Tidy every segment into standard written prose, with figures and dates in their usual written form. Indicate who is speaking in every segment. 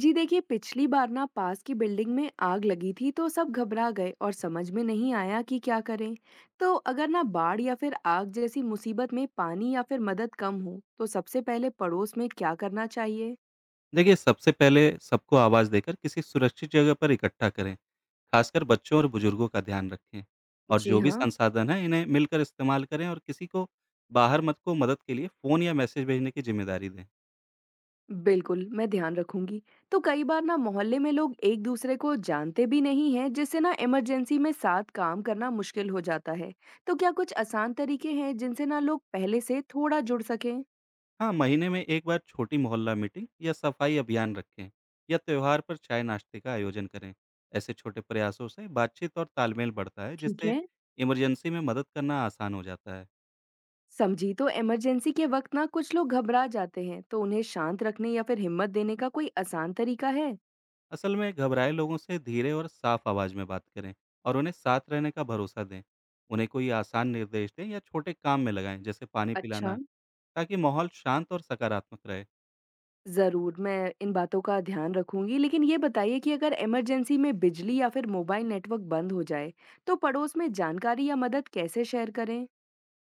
Speaker 1: जी देखिए, पिछली बार ना पास की बिल्डिंग में आग लगी थी तो सब घबरा गए और समझ में नहीं आया कि क्या करें। तो अगर ना बाढ़ या फिर आग जैसी मुसीबत में पानी या फिर मदद कम हो तो सबसे पहले पड़ोस में क्या करना चाहिए।
Speaker 2: देखिए, सबसे पहले सबको आवाज़ देकर किसी सुरक्षित जगह पर इकट्ठा करें, खासकर बच्चों और बुजुर्गों का ध्यान रखें। और
Speaker 1: जी
Speaker 2: जो भी
Speaker 1: हाँ।
Speaker 2: संसाधन हैं, इन्हें मिलकर इस्तेमाल करें और किसी को बाहर मत को मदद के लिए फ़ोन या मैसेज भेजने की ज़िम्मेदारी दें।
Speaker 1: बिल्कुल, मैं ध्यान रखूंगी। तो कई बार ना मोहल्ले में लोग एक दूसरे को जानते भी नहीं हैं, जिससे ना इमरजेंसी में साथ काम करना मुश्किल हो जाता है। तो क्या कुछ आसान तरीके हैं जिनसे ना लोग पहले से थोड़ा जुड़ सकें।
Speaker 2: हाँ, महीने में एक बार छोटी मोहल्ला मीटिंग या सफाई अभियान रखें या त्योहार पर चाय-नाश्ते का आयोजन करें। ऐसे छोटे प्रयासों से बातचीत और तालमेल बढ़ता है,
Speaker 1: ठीक
Speaker 2: जिससे
Speaker 1: है।
Speaker 2: इमरजेंसी में मदद करना आसान हो जाता है।
Speaker 1: समझी। तो इमरजेंसी के वक्त ना कुछ लोग घबरा जाते हैं, तो उन्हें शांत रखने या फिर हिम्मत देने का कोई आसान तरीका है।
Speaker 2: असल में घबराए लोगों से धीरे और साफ आवाज में बात करें और उन्हें साथ रहने का भरोसा दें। उन्हें कोई आसान निर्देश दें या छोटे काम में लगाएं, जैसे पानी
Speaker 1: अच्छा।
Speaker 2: पिलाना, ताकि माहौल शांत और सकारात्मक रहे।
Speaker 1: जरूर, मैं इन बातों का ध्यान रखूंगी। लेकिन ये बताइए कि अगर इमरजेंसी में बिजली या फिर मोबाइल नेटवर्क बंद हो जाए, तो पड़ोस में जानकारी या मदद कैसे शेयर करें।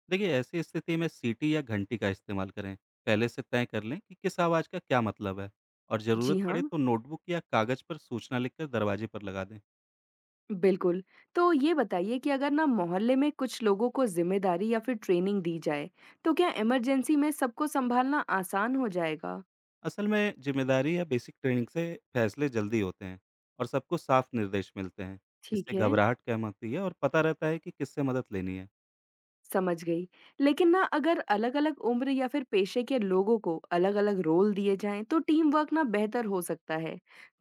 Speaker 2: देखिए, ऐसी स्थिति में सीटी या घंटी का इस्तेमाल करें। पहले से तय कर लें कि किस आवाज़ का क्या मतलब है, और ज़रूरत
Speaker 1: जी हाँ।
Speaker 2: पड़े तो नोटबुक या कागज़ पर सूचना लिखकर दरवाजे पर लगा दें।
Speaker 1: बिल्कुल। तो ये बताइए कि अगर ना मोहल्ले में कुछ लोगों को जिम्मेदारी या फिर ट्रेनिंग दी जाए, तो क्या इमरजेंसी में सबको संभालना आसान हो जाएगा।
Speaker 2: असल में जिम्मेदारी या बेसिक ट्रेनिंग से फैसले जल्दी होते हैं और सबको साफ निर्देश मिलते हैं। इससे
Speaker 1: ठीक है।
Speaker 2: घबराहट कम होती है और पता रहता है कि किससे मदद लेनी है।
Speaker 1: समझ गई। लेकिन ना अगर अलग-अलग उम्र या फिर पेशे के लोगों को अलग-अलग रोल दिए जाएँ तो टीम वर्क ना बेहतर हो सकता है।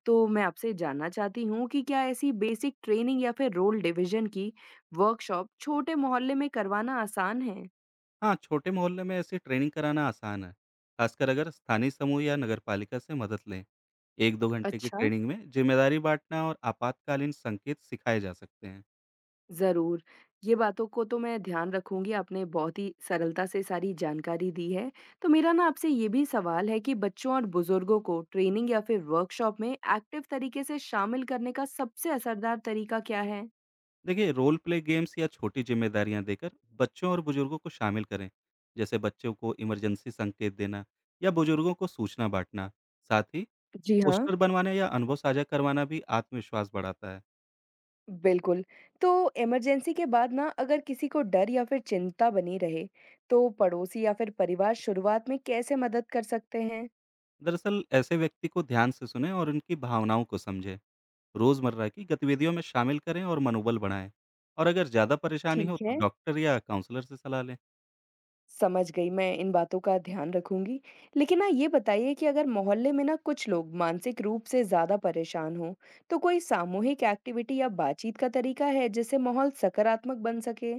Speaker 1: तो मैं आपसे जानना चाहती हूँ कि क्या ऐसी बेसिक ट्रेनिंग या फिर रोल डिवीज़न की वर्कशॉप छोटे मोहल्ले में करवाना आसान है?
Speaker 2: हाँ, छोटे मोहल्ले में ऐसी ट्रेनिंग कराना आसान है, खासकर अगर स्थानीय समूह या नगर पालिका से मदद लें। एक दो घंटे की
Speaker 1: अच्छा।
Speaker 2: ट्रेनिंग में जिम्मेदारी बांटना और आपातकालीन संकेत सिखाए जा सकते हैं।
Speaker 1: ज़रूर, ये बातों को तो मैं ध्यान रखूँगी, आपने बहुत ही सरलता से सारी जानकारी दी है। तो मेरा ना आपसे ये भी सवाल है कि बच्चों और बुज़ुर्गों को ट्रेनिंग या फिर वर्कशॉप में एक्टिव तरीके से शामिल करने का सबसे असरदार तरीका क्या है?
Speaker 2: देखिए, रोल प्ले गेम्स या छोटी जिम्मेदारियां देकर बच्चों और बुजुर्गों को शामिल करें, जैसे बच्चों को इमरजेंसी संकेत देना या बुजुर्गों को सूचना बांटना। साथ ही,
Speaker 1: जी हाँ,
Speaker 2: पोस्टर बनवाने या अनुभव साझा करवाना भी आत्मविश्वास बढ़ाता है।
Speaker 1: बिल्कुल। तो इमरजेंसी के बाद ना अगर किसी को डर या फिर चिंता बनी रहे, तो पड़ोसी या फिर परिवार शुरुआत में कैसे मदद कर सकते हैं?
Speaker 2: दरअसल ऐसे व्यक्ति को ध्यान से सुने और उनकी भावनाओं को समझें। रोजमर्रा की गतिविधियों में शामिल करें और मनोबल बढ़ाएं, और अगर ज़्यादा परेशानी हो
Speaker 1: ठीक
Speaker 2: तो
Speaker 1: है।
Speaker 2: डॉक्टर या काउंसलर से सलाह लें।
Speaker 1: समझ गई, मैं इन बातों का ध्यान रखूँगी। लेकिन ना ये बताइए कि अगर मोहल्ले में ना कुछ लोग मानसिक रूप से ज़्यादा परेशान हों, तो कोई सामूहिक एक्टिविटी या बातचीत का तरीका है जिससे माहौल सकारात्मक बन सके?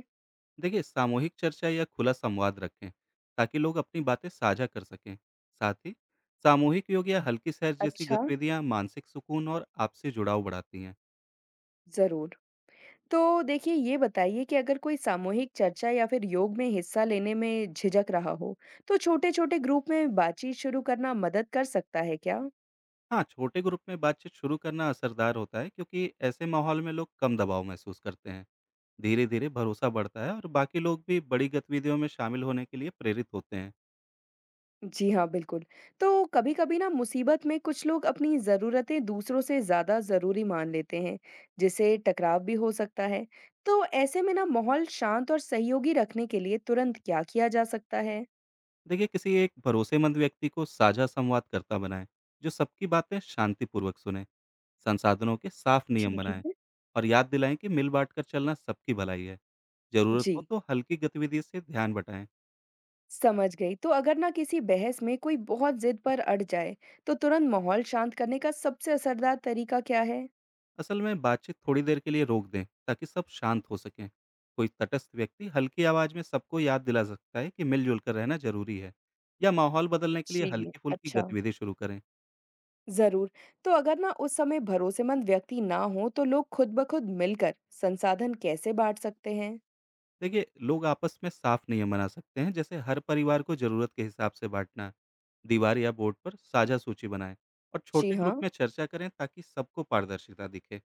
Speaker 2: देखिए, सामूहिक चर्चा या खुला संवाद रखें ताकि लोग अपनी बातें साझा कर सकें। साथ ही, सामूहिक योग या हल्की सैर जैसी
Speaker 1: अच्छा,
Speaker 2: गतिविधियां मानसिक सुकून और आपसी जुड़ाव बढ़ाती हैं।
Speaker 1: ज़रूर। तो देखिए, ये बताइए कि अगर कोई सामूहिक चर्चा या फिर योग में हिस्सा लेने में झिझक रहा हो, तो छोटे-छोटे ग्रुप में बातचीत शुरू करना मदद कर सकता है क्या?
Speaker 2: हाँ, छोटे ग्रुप में बातचीत शुरू करना असरदार होता है, क्योंकि ऐसे माहौल में लोग कम दबाव महसूस करते हैं। धीरे धीरे भरोसा बढ़ता है और बाकी लोग भी बड़ी गतिविधियों में शामिल होने के लिए प्रेरित होते हैं।
Speaker 1: जी हाँ, बिल्कुल। तो कभी-कभी ना मुसीबत में कुछ लोग अपनी ज़रूरतें दूसरों से ज़्यादा ज़रूरी मान लेते हैं, जिससे टकराव भी हो सकता है। तो ऐसे में ना माहौल शांत और सहयोगी रखने के लिए तुरंत क्या किया जा सकता है?
Speaker 2: देखिए, किसी एक भरोसेमंद व्यक्ति को साझा संवादकर्ता बनाएं जो सबकी बातें शांतिपूर्वक सुने। संसाधनों के साफ नियम
Speaker 1: ठीक
Speaker 2: बनाएं
Speaker 1: है।
Speaker 2: और याद दिलाएं कि मिल बांट कर चलना सबकी भलाई है। जरूरत हो
Speaker 1: जी,
Speaker 2: तो हल्की गतिविधि से ध्यान बटाएं।
Speaker 1: समझ गई। तो अगर ना किसी बहस में कोई बहुत ज़िद पर अड़ जाए, तो तुरंत माहौल शांत करने का सबसे असरदार तरीका क्या है?
Speaker 2: असल में बातचीत थोड़ी देर के लिए रोक दें ताकि सब शांत हो सकें। कोई तटस्थ व्यक्ति हल्की आवाज में सबको याद दिला सकता है कि मिलजुल कर रहना जरूरी है, या माहौल बदलने के लिए
Speaker 1: जी
Speaker 2: हल्की फुल्की
Speaker 1: अच्छा।
Speaker 2: गतिविधि शुरू करें।
Speaker 1: ज़रूर। तो अगर ना उस समय भरोसेमंद व्यक्ति ना हो तो लोग खुद ब खुद मिलकर संसाधन कैसे बाँट सकते हैं?
Speaker 2: देखिए, लोग आपस में साफ नियम बना सकते हैं, जैसे हर परिवार को जरूरत के हिसाब से बांटना। दीवार या बोर्ड पर साझा सूची बनाएं और
Speaker 1: जी
Speaker 2: छोटे ग्रुप
Speaker 1: हाँ,
Speaker 2: में चर्चा करें ताकि सबको पारदर्शिता दिखे।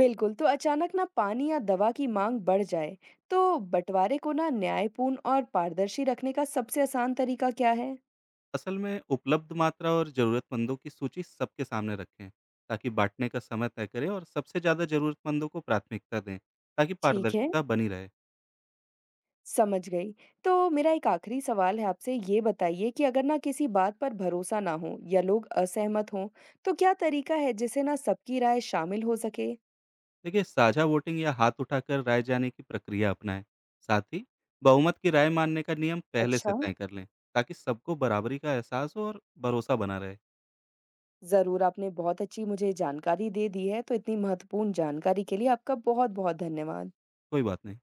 Speaker 1: बिल्कुल। तो अचानक ना पानी या दवा की माँग बढ़ जाए, तो बँटवारे को ना न्यायपूर्ण और पारदर्शी रखने का सबसे आसान तरीका क्या है?
Speaker 2: असल में उपलब्ध मात्रा और जरूरतमंदों की सूची सबके सामने रखें, ताकि बांटने का समय तय करें और सबसे ज़्यादा जरूरतमंदों को प्राथमिकता दें, ताकि
Speaker 1: ठीक है,
Speaker 2: पारदर्शिता बनी रहे।
Speaker 1: समझ गई। तो मेरा एक आखिरी सवाल है आपसे, ये बताइए कि अगर ना किसी बात पर भरोसा ना हो या लोग असहमत हों, तो क्या तरीका है जिससे ना सबकी राय शामिल हो सके?
Speaker 2: देखिए, साझा वोटिंग या हाथ उठाकर राय जाने की प्रक्रिया अपनाएं। साथ ही, बहुमत की राय मानने का नियम पहले से
Speaker 1: अच्छा।
Speaker 2: तय कर लें, ताकि सबको बराबरी का एहसास हो और भरोसा बना रहे।
Speaker 1: ज़रूर, आपने बहुत अच्छी मुझे जानकारी दे दी है, तो इतनी महत्वपूर्ण जानकारी के लिए आपका बहुत-बहुत धन्यवाद।
Speaker 2: कोई बात नहीं।